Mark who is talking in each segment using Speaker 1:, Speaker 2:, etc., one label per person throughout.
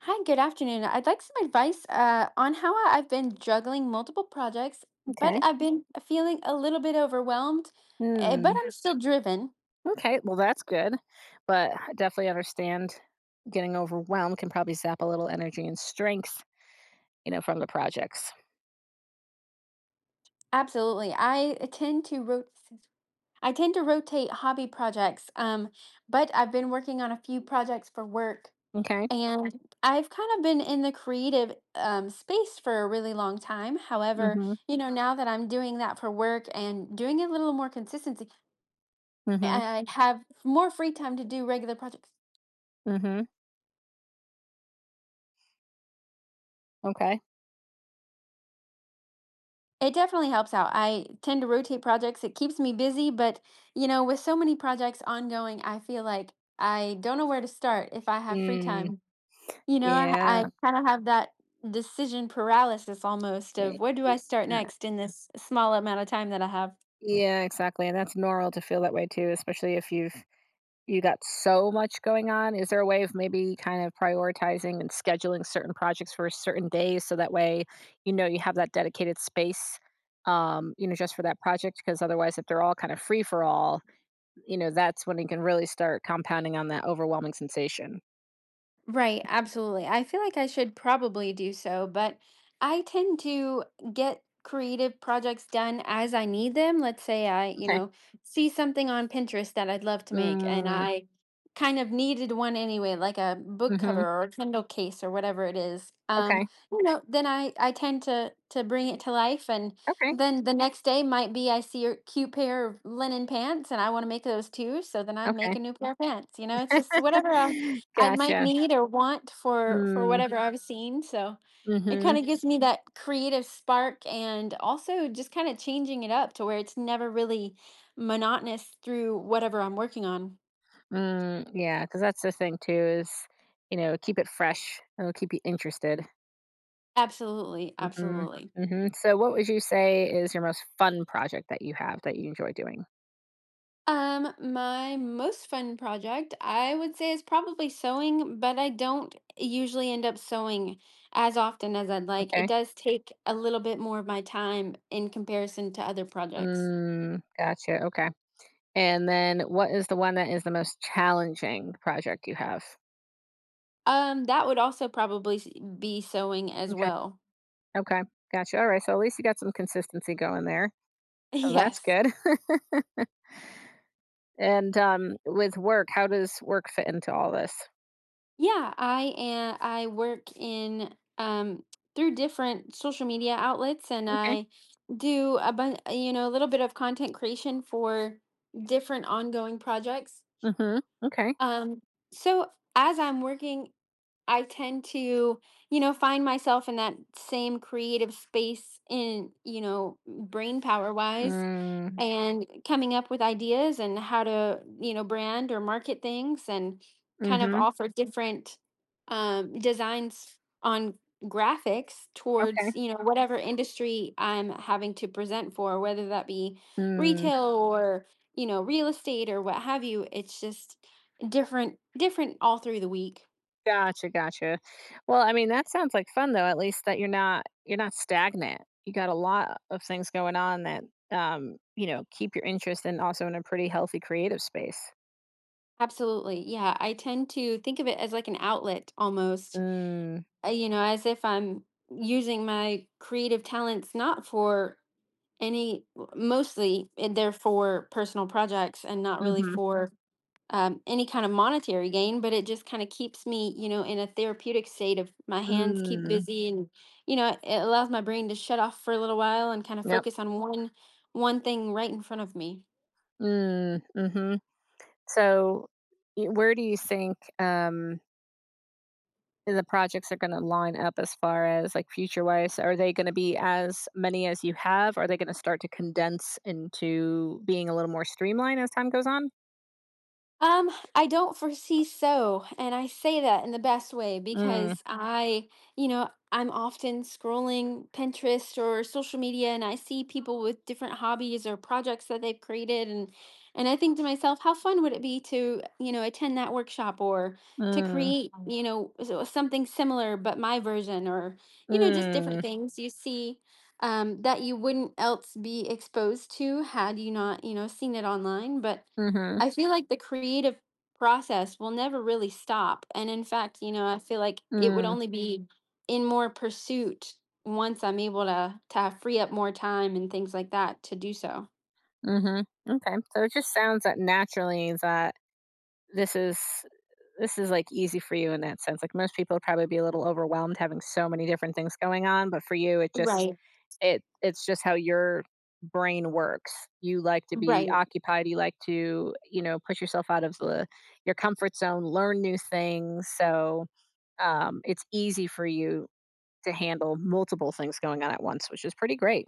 Speaker 1: Hi, good afternoon. I'd like some advice on how I've been juggling multiple projects, but
Speaker 2: Okay.
Speaker 1: I've been feeling a little bit overwhelmed, but
Speaker 2: Hmm.
Speaker 1: I'm still driven.
Speaker 2: Okay. Well, that's good. But I definitely understand getting overwhelmed can probably sap a little energy and strength, you know, from the projects.
Speaker 1: Absolutely. I tend to rotate hobby projects, but I've been working on a few projects for work,
Speaker 2: Okay.
Speaker 1: and I've kind of been in the creative space for a really long time. However,
Speaker 2: Mm-hmm.
Speaker 1: you know, now that I'm doing that for work and doing it a little more consistency,
Speaker 2: Mm-hmm.
Speaker 1: I have more free time to do regular projects.
Speaker 2: Mm-hmm. Okay.
Speaker 1: It definitely helps out. I tend to rotate projects. It keeps me busy, but you know, with so many projects ongoing, I feel like I don't know where to start if I have free
Speaker 2: Mm.
Speaker 1: time. You know, I
Speaker 2: Yeah.
Speaker 1: kind of have that decision paralysis almost of where do I start
Speaker 2: Yeah.
Speaker 1: next in this small amount of time that I have.
Speaker 2: Yeah, exactly. And that's normal to feel that way too, especially if you've You got so much going on. Is there a way of maybe kind of prioritizing and scheduling certain projects for certain days so that way, you know, you have that dedicated space, you know, just for that project? Because otherwise, if they're all kind of free for all, you know, that's when you can really start compounding on that overwhelming sensation.
Speaker 1: Right, absolutely. I feel like I should probably do so, but I tend to get creative projects done as I need them. Let's say I, you
Speaker 2: Okay.
Speaker 1: know, see something on Pinterest that I'd love to make. And Mhm.
Speaker 2: Mm,
Speaker 1: I kind of needed one anyway, like a book
Speaker 2: mm-hmm.
Speaker 1: cover or a Kindle case or whatever it is.
Speaker 2: Okay.
Speaker 1: You know, then I tend to bring it to life, and
Speaker 2: Okay.
Speaker 1: then the next day might be I see a cute pair of linen pants and I want to make those too, so then I make
Speaker 2: Okay.
Speaker 1: a new pair of pants. You know, it's just whatever I might
Speaker 2: Gotcha.
Speaker 1: need or want for
Speaker 2: Mm,
Speaker 1: whatever I've seen. So it
Speaker 2: mm-hmm.
Speaker 1: kind of gives me that creative spark and also just kind of changing it up to where it's never really monotonous through whatever I'm working on.
Speaker 2: Mm, yeah. Because that's the thing, too, is, you know, keep it fresh. It'll keep you interested.
Speaker 1: Absolutely,
Speaker 2: Mhm,
Speaker 1: absolutely.
Speaker 2: mhm. So what would you say is your most fun project that you have that you enjoy doing?
Speaker 1: My most fun project I would say is probably sewing, but I don't usually end up sewing as often as I'd like. It
Speaker 2: Okay.
Speaker 1: does take a little bit more of my time in comparison to other projects.
Speaker 2: Mm, gotcha, okay. And then what is the one that is the most challenging project you have?
Speaker 1: That would also probably be sewing as
Speaker 2: Okay,
Speaker 1: well.
Speaker 2: okay, gotcha, alright, so at least you got some consistency going there, so that's
Speaker 1: Yes.
Speaker 2: good. And, with work, how does work fit into all this?
Speaker 1: Yeah, I work in through different social media outlets, and
Speaker 2: Okay.
Speaker 1: I do a bunch, you know, a little bit of content creation for different ongoing projects.
Speaker 2: Mhm, okay.
Speaker 1: Um, so as I'm working I tend to, you know, find myself in that same creative space in, you know, brain power wise.
Speaker 2: Mm,
Speaker 1: Mm. And coming up with ideas and how to, you know, brand or market things and kind of
Speaker 2: mhm,
Speaker 1: offer different designs on graphics towards,
Speaker 2: okay.
Speaker 1: you know, whatever industry I'm having to present for, whether that be
Speaker 2: Mm.
Speaker 1: retail or, you know, real estate or what have you. It's just different all through the week.
Speaker 2: Gotcha, gotcha. Well, I mean, that sounds like fun though. At least that you're not stagnant. You got a lot of things going on that you know, keep your interest and also in a pretty healthy creative space.
Speaker 1: Absolutely. Yeah. I tend to think of it as like an outlet almost,
Speaker 2: Mm.
Speaker 1: you know, as if I'm using my creative talents not for any, mostly they're for personal projects and not really
Speaker 2: Mhm.
Speaker 1: for any kind of monetary gain, but it just kind of keeps me, you know, in a therapeutic state of my hands keep
Speaker 2: Mm.
Speaker 1: busy, and, you know, it allows my brain to shut off for a little while and kind of
Speaker 2: Yep.
Speaker 1: focus on one thing right in front of me.
Speaker 2: Mm. Mhm. So, where do you think the projects are going to line up as far as like future wise? Are they going to be as many as you have? Are they going to start to condense into being a little more streamlined as time goes on?
Speaker 1: I don't foresee so. And I say that in the best way
Speaker 2: Mm.
Speaker 1: because I, you know, I'm often scrolling Pinterest or social media and I see people with different hobbies or projects that they've created, and I think to myself, how fun would it be to, you know, attend that workshop or to
Speaker 2: Mm,
Speaker 1: create. Mm. You know, something similar but my version or, you know, just
Speaker 2: mm,
Speaker 1: different things you see that you wouldn't else be exposed to had you not, you know, seen it online, but
Speaker 2: mhm,
Speaker 1: I feel like the creative process will never really stop. And in fact, you know, I feel like it would
Speaker 2: mm,
Speaker 1: only be in more pursuit once I'm able to have free up more time and things like that to do so.
Speaker 2: mhm. Okay, so it just sounds that naturally that this is this is, like, easy for you in that sense, like, most people would probably be a little overwhelmed having so many different things going on, but for you, it just
Speaker 1: Right.
Speaker 2: it it's just how your brain works. You like to be
Speaker 1: Right.
Speaker 2: occupied, you like to, you know, push yourself out of the your comfort zone, learn new things, so, it's easy for you to handle multiple things going on at once, which is pretty great.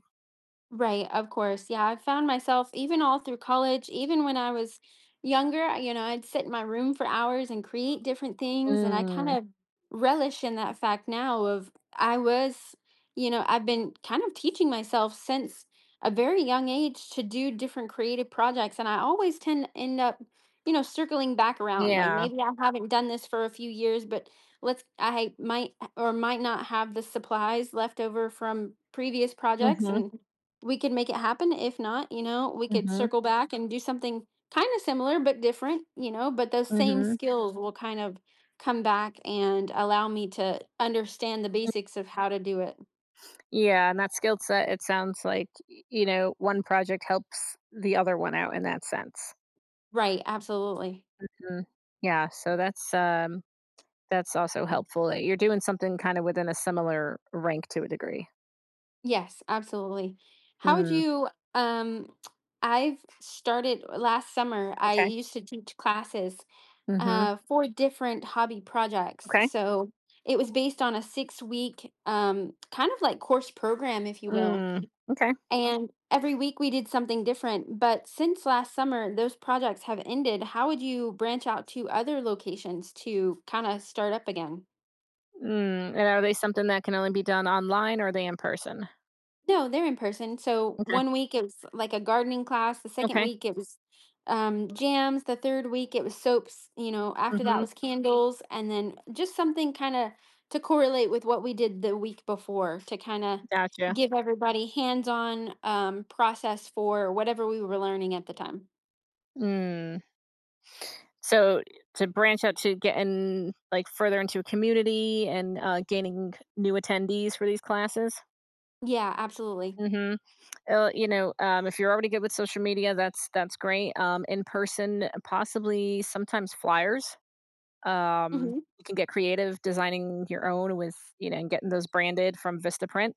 Speaker 1: Right, of course. Yeah, I found myself even all through college, even when I was younger, you know, I'd sit in my room for hours and create different things. And I kind
Speaker 2: Mm.
Speaker 1: of relish in that fact now of I was, you know, I've been kind of teaching myself since a very young age to do different creative projects. And I always tend to end up, you know, circling back around. Like
Speaker 2: Yeah.
Speaker 1: maybe I haven't done this for a few years, but let's I might or might not have the supplies left over from previous projects,
Speaker 2: Mhm.
Speaker 1: and we could make it happen. If not, you know, we could
Speaker 2: Mhm.
Speaker 1: circle back and do something kind of similar but different, you know, but those same
Speaker 2: Mhm.
Speaker 1: skills will kind of come back and allow me to understand the
Speaker 2: Mm.
Speaker 1: basics of how to do it.
Speaker 2: Yeah, and that skill set, it sounds like, y you know, one project helps the other one out in that sense.
Speaker 1: Right, absolutely.
Speaker 2: Mm. Yeah, so that's also helpful that you're doing something kinda within a similar rank to a degree.
Speaker 1: Yes, absolutely. How would
Speaker 2: Mm,
Speaker 1: you um I've started last summer. I
Speaker 2: okay.
Speaker 1: used to teach classes
Speaker 2: Mhm.
Speaker 1: for different hobby projects.
Speaker 2: Okay.
Speaker 1: So it was based on a 6 week kind of like course program, if you will.
Speaker 2: Mm, okay.
Speaker 1: And every week we did something different. But since last summer, those projects have ended. How would you branch out to other locations to kind of start up again?
Speaker 2: Mm, and are they something that can only be done online or are they in person?
Speaker 1: No, they're in person. So
Speaker 2: Okay.
Speaker 1: one week it was like a gardening class. The second
Speaker 2: Okay.
Speaker 1: week it was jams. The third week it was soaps. You know, after that
Speaker 2: Mhm.
Speaker 1: was candles. And then just something kind of to correlate with what we did the week before to kind of
Speaker 2: Gotcha.
Speaker 1: give everybody hands on process for whatever we were learning at the time.
Speaker 2: Mm. So to branch out to getting like further into a community and gaining new attendees for these classes.
Speaker 1: Yeah, absolutely.
Speaker 2: Hmm. You know, if you're already good with social media, that's great. In person, possibly sometimes flyers.
Speaker 1: Mhm.
Speaker 2: You can get creative designing your own with you know and getting those branded from Vistaprint.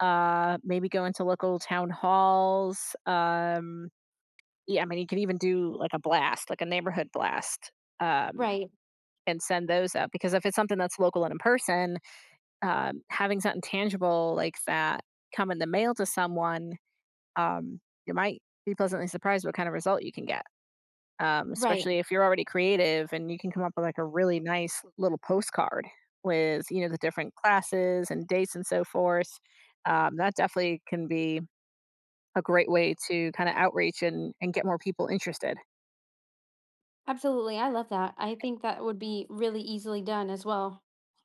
Speaker 2: Maybe go into local town halls. Yeah, I mean, you could even do like a blast, like a neighborhood blast. Um,
Speaker 1: Right,
Speaker 2: and send those up because if it's something that's local and in person, having something tangible like that come in the mail to someone, um, you might be pleasantly surprised what kind of result you can get.
Speaker 1: right.
Speaker 2: Especially if you're already creative and you can come up with like a really nice little postcard with you know the different classes and dates and so forth. That definitely can be a great way to kind of outreach and get more people interested.
Speaker 1: Absolutely, I love that. I think that would be really easily done as well.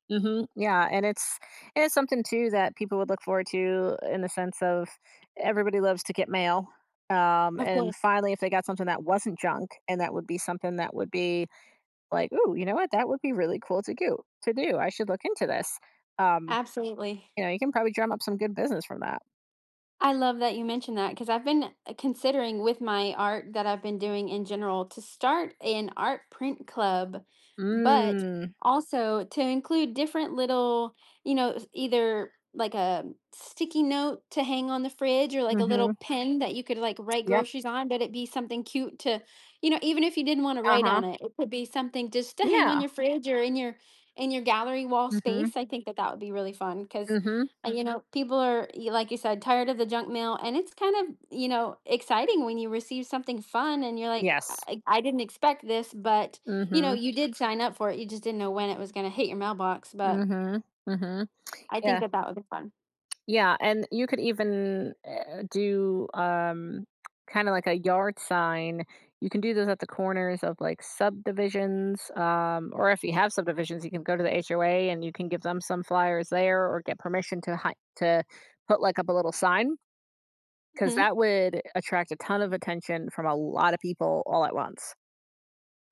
Speaker 2: Hmm. Yeah, and it's something too that people would look forward to in the sense of everybody loves to get mail.
Speaker 1: Of
Speaker 2: And
Speaker 1: course.
Speaker 2: finally, if they got something that wasn't junk, and that would be something that would be like, "Ooh, you know what? That would be really cool to do. To do, I should look into this." Um,
Speaker 1: Absolutely.
Speaker 2: you know, you can probably drum up some good business from that.
Speaker 1: I love that you mentioned that because I've been considering with my art that I've been doing in general to start an art print club, but
Speaker 2: Mm.
Speaker 1: also to include different little, you know, either like a sticky note to hang on the fridge or like a
Speaker 2: Mm-hmm.
Speaker 1: little pen that you could like write
Speaker 2: Yep.
Speaker 1: groceries on, but it be something cute to, you know, even if you didn't want to
Speaker 2: Uh
Speaker 1: write
Speaker 2: huh.
Speaker 1: on it, it could be something just to hang on
Speaker 2: Yeah.
Speaker 1: your fridge or in your gallery wall
Speaker 2: Mm-hmm.
Speaker 1: space. I think that that would be really fun because
Speaker 2: Mm-hmm.
Speaker 1: and you know, people are, like you said, tired of the junk mail. And it's kind of, you know, exciting when you receive something fun and you're like,
Speaker 2: Yes.
Speaker 1: I didn't expect this, but, you know,
Speaker 2: Mm-hmm.
Speaker 1: you did sign up for it. You just didn't know when it was going to hit your mailbox. But
Speaker 2: Mm-hmm. Mm-hmm.
Speaker 1: I think
Speaker 2: Yeah.
Speaker 1: that that would be fun.
Speaker 2: Yeah, and you could even do kind of like a yard sign. You can do those at the corners of like subdivisions, or if you have subdivisions, you can go to the HOA and you can give them some flyers there, or get permission to to put like up a little sign because
Speaker 1: Mhm.
Speaker 2: that would attract a ton of attention from a lot of people all at once.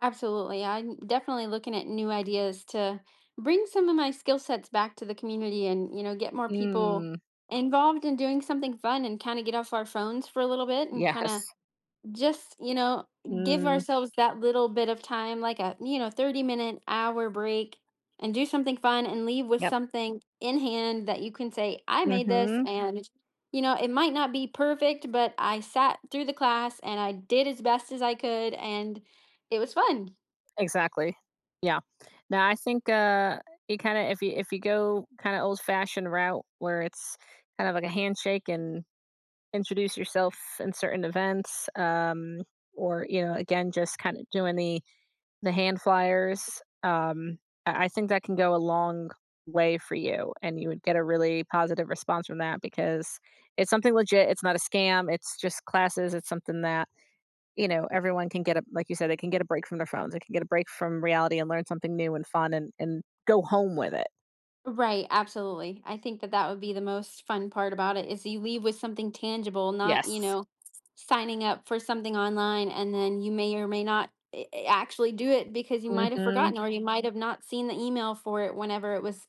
Speaker 1: Absolutely. Yeah, I'm definitely looking at new ideas to bring some of my skill sets back to the community and, you know, get more people
Speaker 2: Mm,
Speaker 1: involved in doing something fun and kind of get off our phones for a little bit and kind of
Speaker 2: yes.
Speaker 1: just, you know, give
Speaker 2: Mm,
Speaker 1: ourselves that little bit of time, like a, you know, 30-minute hour break, and do something fun and leave with
Speaker 2: yep.
Speaker 1: something in hand that you can say, I made this.
Speaker 2: Hmm.
Speaker 1: And, you know, it might not be perfect, but I sat through the class and I did as best as I could. And it was fun.
Speaker 2: Exactly. Yeah. Now I think, you kinda if you go kinda old-fashioned route where it's kind of like a handshake and introduce yourself in certain events, or, you know, again, just kinda doing the hand flyers, I think that can go a long way for you, and you would get a really positive response from that because it's something legit, it's not a scam, it's just classes, it's something that you know, everyone can get a like you said, they can get a break from their phones. They can get a break from reality and learn something new and fun and go home with it.
Speaker 1: Right, absolutely. I think that that would be the most fun part about it is you leave with something tangible, not,
Speaker 2: Yes.
Speaker 1: you know, signing up for something online and then you may or may not actually do it because you might have
Speaker 2: Mhm.
Speaker 1: forgotten or you might have not seen the email for it whenever it was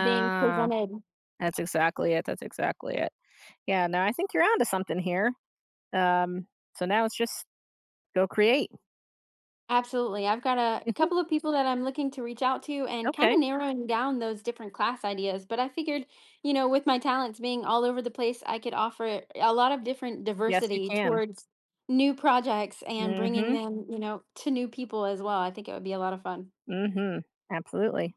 Speaker 1: being presented.
Speaker 2: That's exactly it. That's exactly it. Yeah, no, I think you're onto something here. Um, so now it's just go create.
Speaker 1: Absolutely. I've got a
Speaker 2: Mhm.
Speaker 1: couple of people that I'm looking to reach out to and kind
Speaker 2: Okay.
Speaker 1: of narrowing down those different class ideas. But I figured, you know, with my talents being all over the place, I could offer a lot of different
Speaker 2: Yes, you
Speaker 1: diversity
Speaker 2: can.
Speaker 1: towards new projects and bringing
Speaker 2: Mhm.
Speaker 1: them, you know, to new people as well. I think it would be a lot of fun.
Speaker 2: Mhm. Absolutely.